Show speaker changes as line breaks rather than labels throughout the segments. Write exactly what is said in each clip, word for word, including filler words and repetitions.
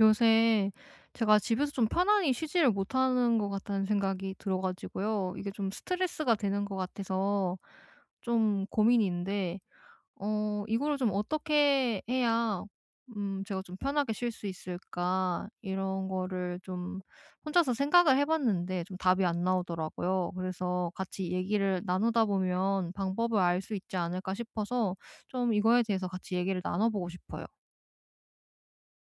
요새 제가 집에서 좀 편안히 쉬지를 못하는 것 같다는 생각이 들어 가지고요. 이게 좀 스트레스가 되는 것 같아서 좀 고민인데, 어 이거를 좀 어떻게 해야 음 제가 좀 편하게 쉴 수 있을까, 이런 거를 좀 혼자서 생각을 해 봤는데 좀 답이 안 나오더라고요. 그래서 같이 얘기를 나누다 보면 방법을 알 수 있지 않을까 싶어서 좀 이거에 대해서 같이 얘기를 나눠 보고 싶어요.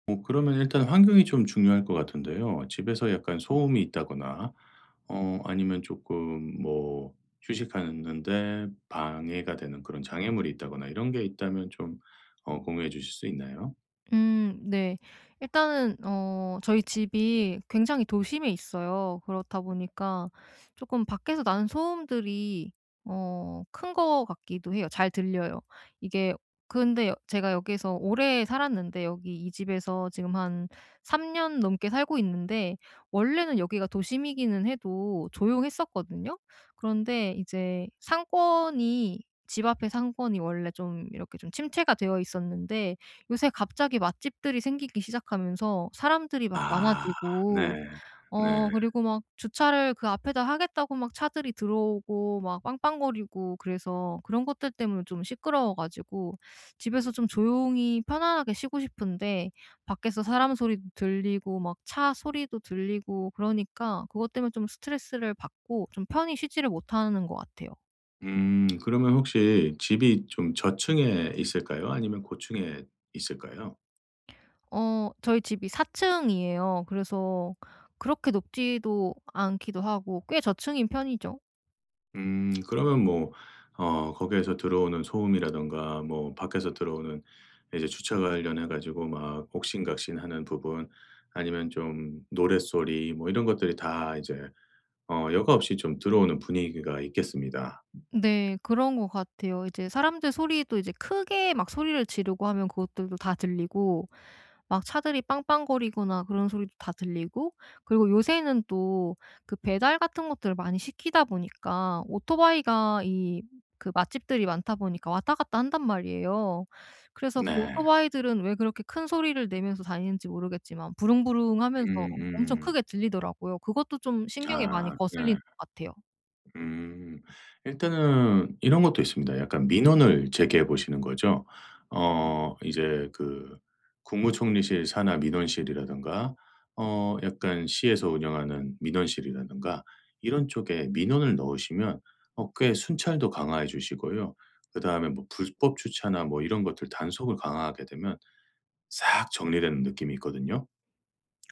어 그러면 일단 환경이 좀 중요할 것 같은데요. 집에서 약간 소음이 있다거나 어 아니면 조금 뭐 휴식하는데 방해가 되는 그런 장애물이 있다거나 이런 게 있다면 좀 어 공유해 주실 수 있나요?
음 네. 일단은 어 저희 집이 굉장히 도심에 있어요. 그렇다 보니까 조금 밖에서 나는 소음들이 어 큰 것 같기도 해요. 잘 들려요. 이게, 근데 여 제가 여기에서 오래 살았는데, 여기 이 집에서 지금 한 삼 년 넘게 살고 있는데 원래는 여기가 도심이기는 해도 조용했었거든요. 그런데 이제 상권이 집 앞에 상권이 원래 좀 이렇게 좀 침체가 되어 있었는데, 요새 갑자기 맛집들이 생기기 시작하면서 사람들이 막
아 네.
많아지고
네.
어 그리고 막 주차를 그 앞에다 하겠다고 막 차들이 들어오고 막 빵빵거리고 그래서, 그런 것들 때문에 좀 시끄러워 가지고 집에서 좀 조용히 편안하게 쉬고 싶은데, 밖에서 사람 소리도 들리고 막 차 소리도 들리고 그러니까 그것 때문에 좀 스트레스를 받고 좀 편히 쉬지를 못하는 것 같아요.
음 그러면 혹시 집이 좀 저층에 있을까요? 아니면 고층에 있을까요?
어 저희 집이 4 층이에요. 그래서 그렇게 높지도 않기도 하고 꽤 저층인 편이죠.
음 그러면 뭐 어 거기에서 들어오는 소음이라든가 뭐 밖에서 들어오는 이제 주차 관련해 가지고 막 옥신각신하는 부분, 아니면 좀 노랫소리 뭐 이런 것들이 다 이제 어 여과 없이 좀 들어오는 분위기가 있겠습니다.
네, 그런 것 같아요. 이제 사람들 소리도, 이제 크게 막 소리를 지르고 하면 그것들도 다 들리고, 막 차들이 빵빵거리거나 그런 소리도 다 들리고, 그리고 요새는 또 그 배달 같은 것들을 많이 시키다 보니까 오토바이가, 이 그 맛집들이 많다 보니까 왔다 갔다 한단 말이에요. 그래서 그
네.
오토바이들은 왜 그렇게 큰 소리를 내면서 다니는지 모르겠지만, 부릉부릉하면서 엄청
음음.
크게 들리더라고요. 그것도 좀 신경에 많이
아 네.
거슬리는 것 같아요.
음. 일단은 이런 것도 있습니다. 약간 민원을 제기해 보시는 거죠. 어 이제 그 국무총리실 산하 민원실이라든가 어 약간 시에서 운영하는 민원실이라든가 이런 쪽에 민원을 넣으시면, 어 꽤 순찰도 강화해 주시고요. 그다음에 뭐 불법 주차나 뭐 이런 것들 단속을 강화하게 되면 싹 정리되는 느낌이 있거든요.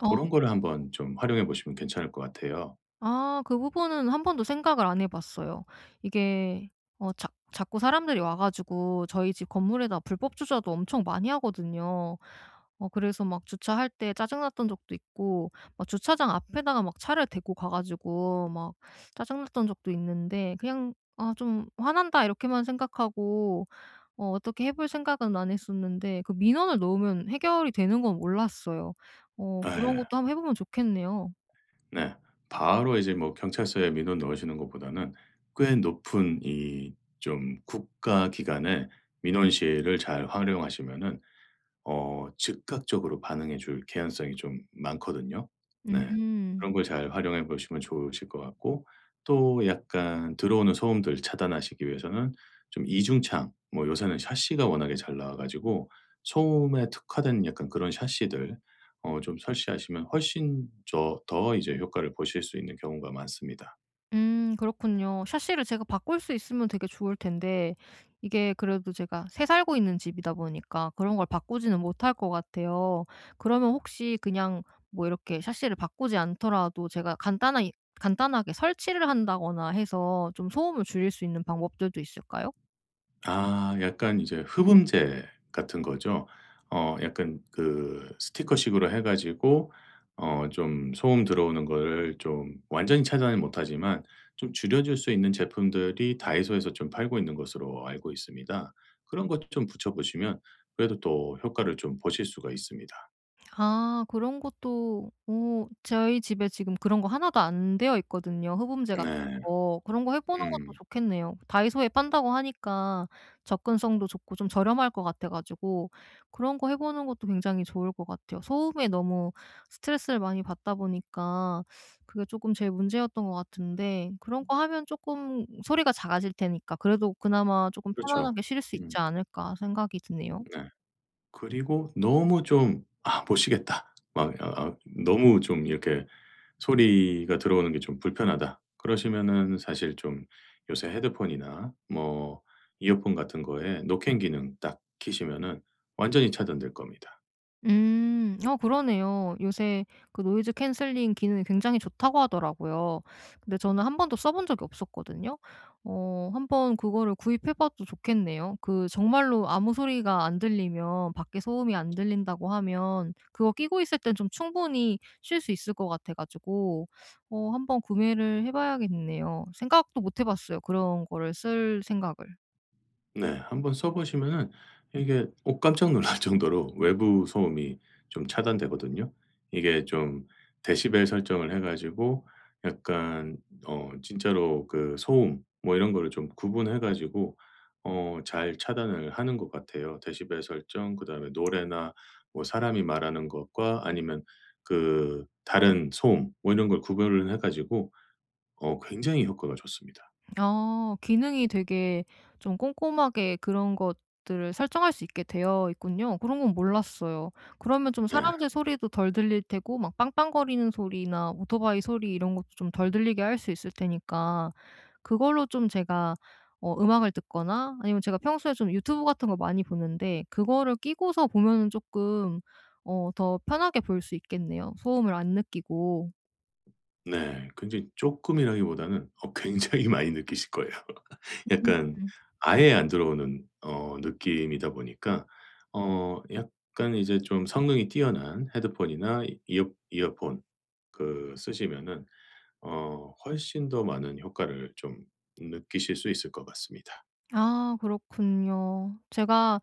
어.
그런 거를 한번 좀 활용해 보시면 괜찮을 것 같아요.
아, 그 부분은 한 번도 생각을 안 해 봤어요. 이게 어 자 자꾸 사람들이 와 가지고 저희 집 건물에다 불법 주차도 엄청 많이 하거든요. 어 그래서 막 주차할 때 짜증 났던 적도 있고, 막 주차장 앞에다가 막 차를 대고 가 가지고 막 짜증 났던 적도 있는데, 그냥 '아, 좀 화난다.' 이렇게만 생각하고 어 어떻게 해볼 생각은 안 했었는데, 그 민원을 넣으면 해결이 되는 건 몰랐어요. 어 그런
에
것도 한번 해 보면 좋겠네요.
네. 바로 이제 뭐 경찰서에 민원 넣으시는 것보다는 꽤 높은, 이 좀 국가 기관의 민원 실을 잘 활용하시면은 어 즉각적으로 반응해 줄 개연성이 좀 많거든요. 네.
음.
그런 걸 잘 활용해 보시면 좋으실 것 같고, 또 약간 들어오는 소음들 차단하시기 위해서는 좀 이중창, 뭐 요새는 샤시가 워낙에 잘 나와 가지고 소음에 특화된 약간 그런 샤시들 어 좀 설치하시면 훨씬 저 더 이제 효과를 보실 수 있는 경우가 많습니다.
음 그렇군요. 샤시를 제가 바꿀 수 있으면 되게 좋을 텐데, 이게 그래도 제가 새 살고 있는 집이다 보니까 그런 걸 바꾸지는 못할 것 같아요. 그러면 혹시 그냥 뭐 이렇게 샤시를 바꾸지 않더라도 제가 간단하 간단하게 설치를 한다거나 해서 좀 소음을 줄일 수 있는 방법들도 있을까요?
아, 약간 이제 흡음재 같은 거죠. 어 약간 그 스티커식으로 해 가지고 어 좀 소음 들어오는 거를 좀 완전히 차단은 못하지만 좀 줄여줄 수 있는 제품들이 다이소에서 좀 팔고 있는 것으로 알고 있습니다. 그런 것 좀 붙여 보시면 그래도 또 효과를 좀 보실 수가 있습니다.
아, 그런 것도, 오, 저희 집에 지금 그런 거 하나도 안 되어 있거든요, 흡음재 같은
네.
거. 그런 거 해 보는 것도
음.
좋겠네요. 다이소에 판다고 하니까 접근성도 좋고 좀 저렴할 것 같아 가지고 그런 거 해 보는 것도 굉장히 좋을 것 같아요. 소음에 너무 스트레스를 많이 받다 보니까 그게 조금 제일 문제였던 것 같은데, 그런 거 하면 조금 소리가 작아질 테니까 그래도 그나마 조금
그렇죠.
편안하게 쉴 수
음,
있지 않을까 생각이 드네요.
네. 그리고 너무 좀 '아 못 쉬겠다.' 막 아 아 너무 좀 이렇게 소리가 들어오는 게 좀 불편하다, 그러시면은 사실 좀 요새 헤드폰이나 뭐 이어폰 같은 거에 노캔 기능 딱 키시면은 완전히 차단될 겁니다.
음. 어 그러네요. 요새 그 노이즈 캔슬링 기능이 굉장히 좋다고 하더라고요. 근데 저는 한 번도 써본 적이 없었거든요. 어 한번 그거를 구입해 봐도 좋겠네요. 그 정말로 아무 소리가 안 들리면, 밖에 소음이 안 들린다고 하면 그거 끼고 있을 땐 좀 충분히 쉴 수 있을 것 같아 가지고 어 한번 구매를 해 봐야겠네요. 생각도 못해 봤어요, 그런 거를 쓸 생각을.
네. 한번 써 보시면은 이게 어 깜짝 놀랄 정도로 외부 소음이 좀 차단되거든요. 이게 좀 데시벨 설정을 해 가지고, 약간 어 진짜로 그 소음 뭐 이런 거를 좀 구분해 가지고 어 잘 차단을 하는 것 같아요. 데시벨 설정, 그다음에 노래나 뭐 사람이 말하는 것과 아니면 그 다른 소음, 뭐 이런 걸 구별을 해 가지고 어 굉장히 효과가 좋습니다.
아, 기능이 되게 좀 꼼꼼하게 그런 것들을 설정할 수 있게 되어 있군요. 그런 건 몰랐어요. 그러면 좀
네.
사람들 소리도 덜 들릴 테고, 막 빵빵거리는 소리나 오토바이 소리 이런 것도 좀 덜 들리게 할 수 있을 테니까, 그걸로 좀 제가 어 음악을 듣거나, 아니면 제가 평소에 좀 유튜브 같은 거 많이 보는데 그거를 끼고서 보면은 조금 어 더 편하게 볼 수 있겠네요, 소음을 안 느끼고.
네. 굉장히 쪼끔이라기보다는 어 굉장히 많이 느끼실 거예요. 약간
음.
아예 안 들어오는 어 느낌이다 보니까 어 약간 이제 좀 성능이 뛰어난 헤드폰이나 이어 이어폰 그 쓰시면은 어 훨씬 더 많은 효과를 좀 느끼실 수 있을 것 같습니다.
아, 그렇군요. 제가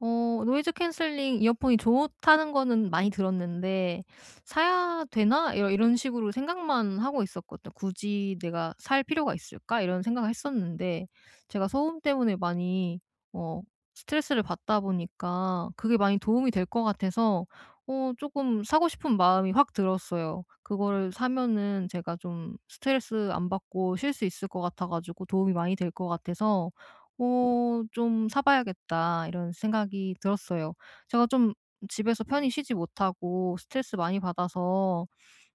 어 노이즈 캔슬링 이어폰이 좋다는 거는 많이 들었는데, '사야 되나?' 이런 이런 식으로 생각만 하고 있었거든요. '굳이 내가 살 필요가 있을까?' 이런 생각을 했었는데, 제가 소음 때문에 많이 어 스트레스를 받다 보니까 그게 많이 도움이 될 것 같아서 어 조금 사고 싶은 마음이 확 들었어요. 그거를 사면은 제가 좀 스트레스 안 받고 쉴 수 있을 것 같아 가지고 도움이 많이 될 것 같아서 어 '좀 사 봐야겠다.' 이런 생각이 들었어요. 제가 좀 집에서 편히 쉬지 못하고 스트레스 많이 받아서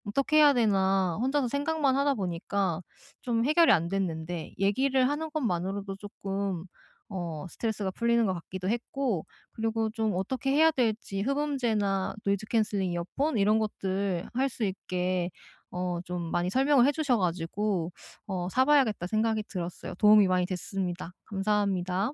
어떻게 해야 되나 혼자서 생각만 하다 보니까 좀 해결이 안 됐는데, 얘기를 하는 것만으로도 조금 어 스트레스가 풀리는 것 같기도 했고, 그리고 좀 어떻게 해야 될지 흡음재나 노이즈 캔슬링 이어폰 이런 것들 할 수 있게 어 좀 많이 설명을 해 주셔 가지고 어 '사 봐야겠다.' 생각이 들었어요. 도움이 많이 됐습니다. 감사합니다.